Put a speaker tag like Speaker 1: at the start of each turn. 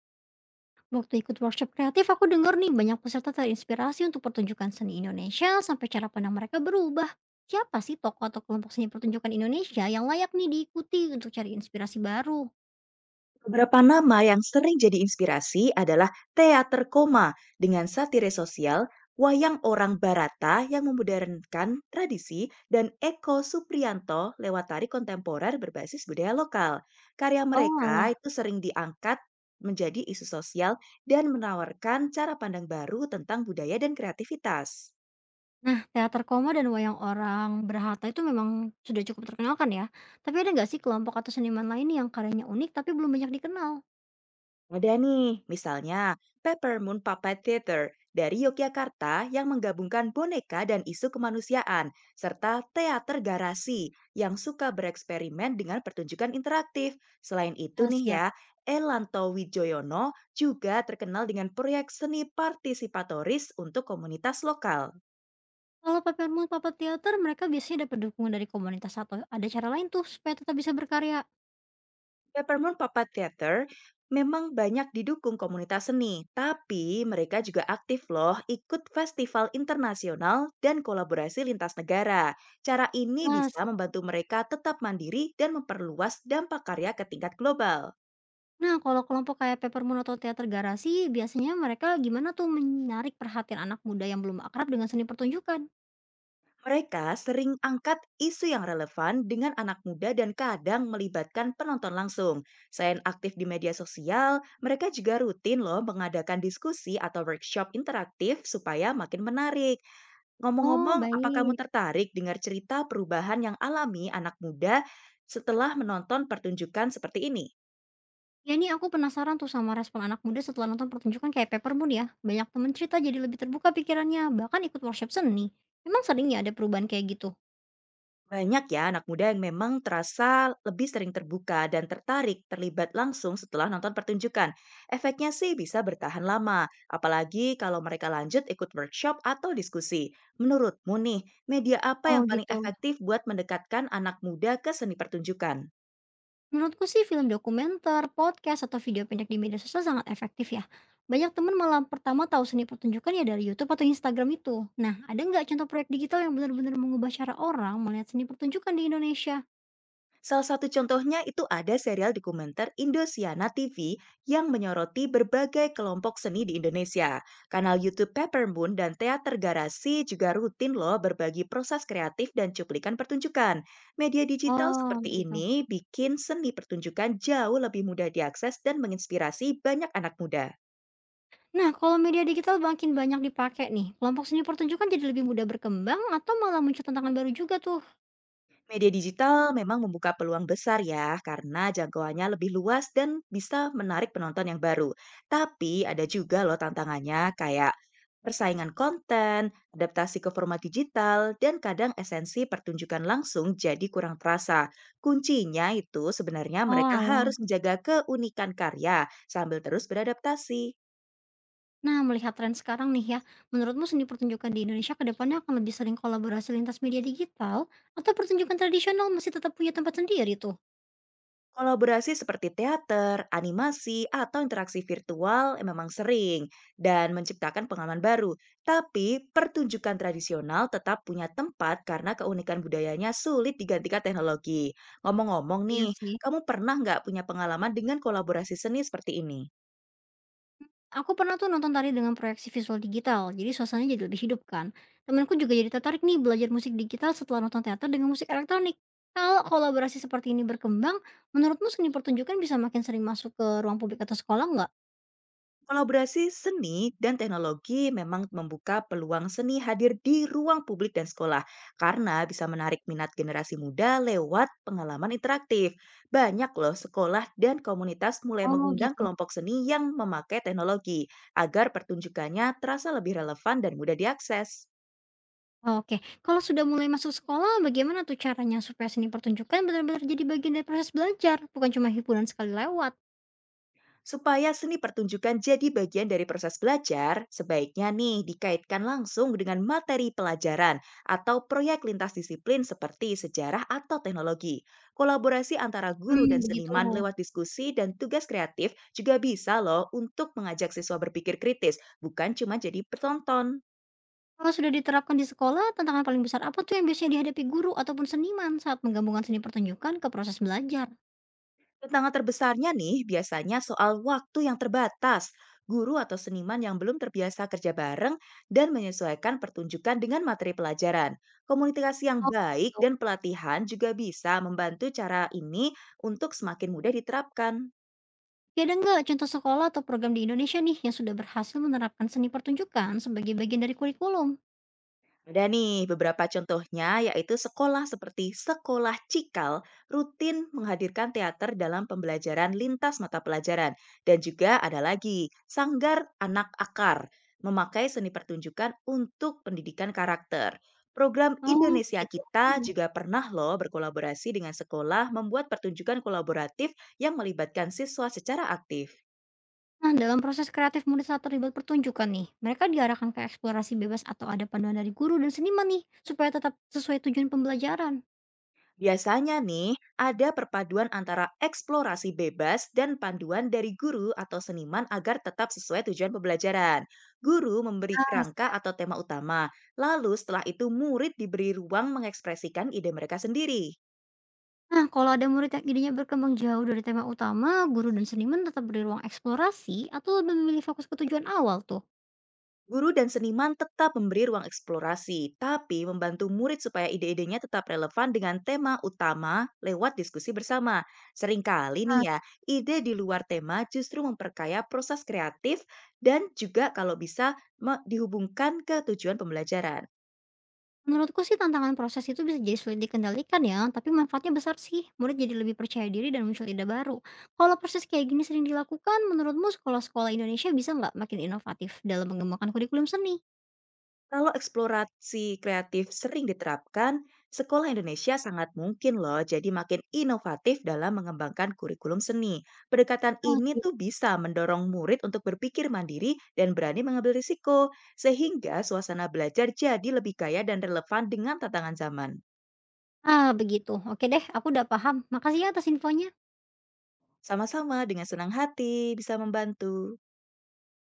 Speaker 1: Waktu ikut workshop kreatif, aku denger nih banyak peserta terinspirasi untuk pertunjukan seni Indonesia sampai cara pandang mereka berubah. Siapa sih tokoh atau kelompok seni pertunjukan Indonesia yang layak nih diikuti untuk cari inspirasi baru?
Speaker 2: Beberapa nama yang sering jadi inspirasi adalah teater koma dengan satire sosial, wayang orang Barata yang memodernkan tradisi, dan Eko Supriyanto lewat tari kontemporer berbasis budaya lokal. Karya
Speaker 1: Oh
Speaker 2: mereka
Speaker 1: alah.
Speaker 2: itu sering diangkat menjadi isu sosial dan menawarkan cara pandang baru tentang budaya dan kreativitas.
Speaker 1: Nah, teater koma dan wayang orang berhata itu memang sudah cukup terkenal kan ya? Tapi ada nggak sih kelompok atau seniman lain yang karyanya unik tapi belum banyak dikenal?
Speaker 2: Ada nih, misalnya Peppermoon Puppet Theater dari Yogyakarta yang menggabungkan boneka dan isu kemanusiaan, serta teater garasi yang suka bereksperimen dengan pertunjukan interaktif. Selain itu
Speaker 1: Ah,
Speaker 2: nih
Speaker 1: siap.
Speaker 2: ya, Elanto Wijoyono juga terkenal dengan proyek seni partisipatoris untuk komunitas lokal.
Speaker 1: Kalau papermu papa teater, mereka biasanya dapat dukungan dari komunitas atau ada cara lain tuh supaya tetap bisa berkarya.
Speaker 2: Peppermint Papa Theater memang banyak didukung komunitas seni, tapi mereka juga aktif loh ikut festival internasional dan kolaborasi lintas negara. Cara ini
Speaker 1: Ah,
Speaker 2: bisa
Speaker 1: siap.
Speaker 2: membantu mereka tetap mandiri dan memperluas dampak karya ke tingkat global.
Speaker 1: Nah, kalau kelompok kayak Peppermoon atau Teater Garasi, biasanya mereka gimana tuh menarik perhatian anak muda yang belum akrab dengan seni pertunjukan?
Speaker 2: Mereka sering angkat isu yang relevan dengan anak muda dan kadang melibatkan penonton langsung. Selain aktif di media sosial, mereka juga rutin loh mengadakan diskusi atau workshop interaktif supaya makin menarik.
Speaker 1: Oh,
Speaker 2: Ngomong-ngomong, apa kamu
Speaker 1: baik.
Speaker 2: tertarik dengar cerita perubahan yang alami anak muda setelah menonton pertunjukan seperti ini?
Speaker 1: Ya ini aku penasaran tuh sama respon anak muda setelah nonton pertunjukan kayak Peppermoon ya. Banyak temen cerita jadi lebih terbuka pikirannya, bahkan ikut workshop seni. Memang sering ya ada perubahan kayak gitu?
Speaker 2: Banyak ya anak muda yang memang terasa lebih sering terbuka dan tertarik terlibat langsung setelah nonton pertunjukan. Efeknya sih bisa bertahan lama, apalagi kalau mereka lanjut ikut workshop atau diskusi. Menurutmu nih, media apa
Speaker 1: Oh
Speaker 2: yang paling
Speaker 1: gitu.
Speaker 2: efektif buat mendekatkan anak muda ke seni pertunjukan?
Speaker 1: Menurutku sih film dokumenter, podcast, atau video pendek di media sosial sangat efektif ya. Banyak teman malah pertama tahu seni pertunjukan ya dari YouTube atau Instagram itu. Nah, ada nggak contoh proyek digital yang benar-benar mengubah cara orang melihat seni pertunjukan di Indonesia?
Speaker 2: Salah satu contohnya itu ada serial dokumenter Indosiana TV yang menyoroti berbagai kelompok seni di Indonesia. Kanal YouTube Peppermoon dan Teater Garasi juga rutin loh berbagi proses kreatif dan cuplikan pertunjukan. Media digital
Speaker 1: Oh,
Speaker 2: seperti
Speaker 1: begitu.
Speaker 2: ini bikin seni pertunjukan jauh lebih mudah diakses dan menginspirasi banyak anak muda.
Speaker 1: Nah, kalau media digital makin banyak dipakai nih, kelompok seni pertunjukan jadi lebih mudah berkembang atau malah muncul tantangan baru juga tuh?
Speaker 2: Media digital memang membuka peluang besar ya, karena jangkauannya lebih luas dan bisa menarik penonton yang baru. Tapi ada juga loh tantangannya kayak persaingan konten, adaptasi ke format digital, dan kadang esensi pertunjukan langsung jadi kurang terasa. Kuncinya itu sebenarnya
Speaker 1: Oh,
Speaker 2: mereka
Speaker 1: alah.
Speaker 2: harus menjaga keunikan karya sambil terus beradaptasi.
Speaker 1: Nah, melihat tren sekarang nih ya, menurutmu seni pertunjukan di Indonesia ke depannya akan lebih sering kolaborasi lintas media digital atau pertunjukan tradisional masih tetap punya tempat sendiri tuh?
Speaker 2: Kolaborasi seperti teater, animasi, atau interaksi virtual memang sering dan menciptakan pengalaman baru. Tapi pertunjukan tradisional tetap punya tempat karena keunikan budayanya sulit digantikan teknologi. Ngomong-ngomong
Speaker 1: Iya
Speaker 2: nih,
Speaker 1: sih.
Speaker 2: kamu pernah nggak punya pengalaman dengan kolaborasi seni seperti ini?
Speaker 1: Aku pernah tuh nonton tari dengan proyeksi visual digital, jadi suasananya jadi lebih hidup kan. Temanku juga jadi tertarik nih belajar musik digital setelah nonton teater dengan musik elektronik. Kalau kolaborasi seperti ini berkembang, menurutmu seni pertunjukan bisa makin sering masuk ke ruang publik atau sekolah nggak?
Speaker 2: Kolaborasi seni dan teknologi memang membuka peluang seni hadir di ruang publik dan sekolah karena bisa menarik minat generasi muda lewat pengalaman interaktif. Banyak loh sekolah dan komunitas mulai
Speaker 1: Oh
Speaker 2: mengundang
Speaker 1: gitu.
Speaker 2: kelompok seni yang memakai teknologi agar pertunjukannya terasa lebih relevan dan mudah diakses.
Speaker 1: Oke, kalau sudah mulai masuk sekolah, bagaimana tuh caranya supaya seni pertunjukan benar-benar jadi bagian dari proses belajar, bukan cuma hiburan sekali lewat?
Speaker 2: Supaya seni pertunjukan jadi bagian dari proses belajar, sebaiknya nih dikaitkan langsung dengan materi pelajaran atau proyek lintas disiplin seperti sejarah atau teknologi. Kolaborasi antara guru
Speaker 1: Hmm,
Speaker 2: dan
Speaker 1: begitu.
Speaker 2: seniman lewat diskusi dan tugas kreatif juga bisa loh untuk mengajak siswa berpikir kritis, bukan cuma jadi penonton.
Speaker 1: Kalau sudah diterapkan di sekolah, tantangan paling besar apa tuh yang biasanya dihadapi guru ataupun seniman saat menggabungkan seni pertunjukan ke proses belajar?
Speaker 2: Tantangan terbesarnya nih biasanya soal waktu yang terbatas, guru atau seniman yang belum terbiasa kerja bareng, dan menyesuaikan pertunjukan dengan materi pelajaran. Komunikasi yang
Speaker 1: Oh,
Speaker 2: baik
Speaker 1: gitu.
Speaker 2: dan pelatihan juga bisa membantu cara ini untuk semakin mudah diterapkan.
Speaker 1: Ya ada nggak contoh sekolah atau program di Indonesia nih yang sudah berhasil menerapkan seni pertunjukan sebagai bagian dari kurikulum?
Speaker 2: Ada nih beberapa contohnya, yaitu sekolah seperti Sekolah Cikal rutin menghadirkan teater dalam pembelajaran lintas mata pelajaran. Dan juga ada lagi Sanggar Anak Akar, memakai seni pertunjukan untuk pendidikan karakter. Program
Speaker 1: Oh,
Speaker 2: Indonesia
Speaker 1: begitu.
Speaker 2: Kita juga pernah loh berkolaborasi dengan sekolah membuat pertunjukan kolaboratif yang melibatkan siswa secara aktif.
Speaker 1: Nah, dalam proses kreatif murid saat terlibat pertunjukan nih, mereka diarahkan ke eksplorasi bebas atau ada panduan dari guru dan seniman nih, supaya tetap sesuai tujuan pembelajaran.
Speaker 2: Biasanya nih, ada perpaduan antara eksplorasi bebas dan panduan dari guru atau seniman agar tetap sesuai tujuan pembelajaran. Guru memberi
Speaker 1: Ah,
Speaker 2: kerangka
Speaker 1: siap.
Speaker 2: atau tema utama, lalu setelah itu murid diberi ruang mengekspresikan ide mereka sendiri.
Speaker 1: Nah, kalau ada murid yang idenya berkembang jauh dari tema utama, guru dan seniman tetap beri ruang eksplorasi atau lebih memilih fokus ke tujuan awal tuh.
Speaker 2: Guru dan seniman tetap memberi ruang eksplorasi, tapi membantu murid supaya ide-idenya tetap relevan dengan tema utama lewat diskusi bersama. Seringkali nih
Speaker 1: Nah,
Speaker 2: ya, ide di luar tema justru memperkaya proses kreatif dan juga kalau bisa dihubungkan ke tujuan pembelajaran.
Speaker 1: menurutku sih tantangan proses itu bisa jadi sulit dikendalikan ya, tapi manfaatnya besar sih. Murid jadi lebih percaya diri dan muncul ide baru. Kalau proses kayak gini sering dilakukan, menurutmu sekolah-sekolah Indonesia bisa nggak makin inovatif dalam mengembangkan kurikulum seni?
Speaker 2: Kalau eksplorasi kreatif sering diterapkan, sekolah Indonesia sangat mungkin loh jadi makin inovatif dalam mengembangkan kurikulum seni. Pendekatan
Speaker 1: Ah,
Speaker 2: ini
Speaker 1: sip.
Speaker 2: tuh bisa mendorong murid untuk berpikir mandiri dan berani mengambil risiko, sehingga suasana belajar jadi lebih kaya dan relevan dengan tantangan zaman.
Speaker 1: Ah, begitu. Oke deh, aku udah paham. Makasih ya atas infonya.
Speaker 2: Sama-sama dengan senang hati bisa membantu.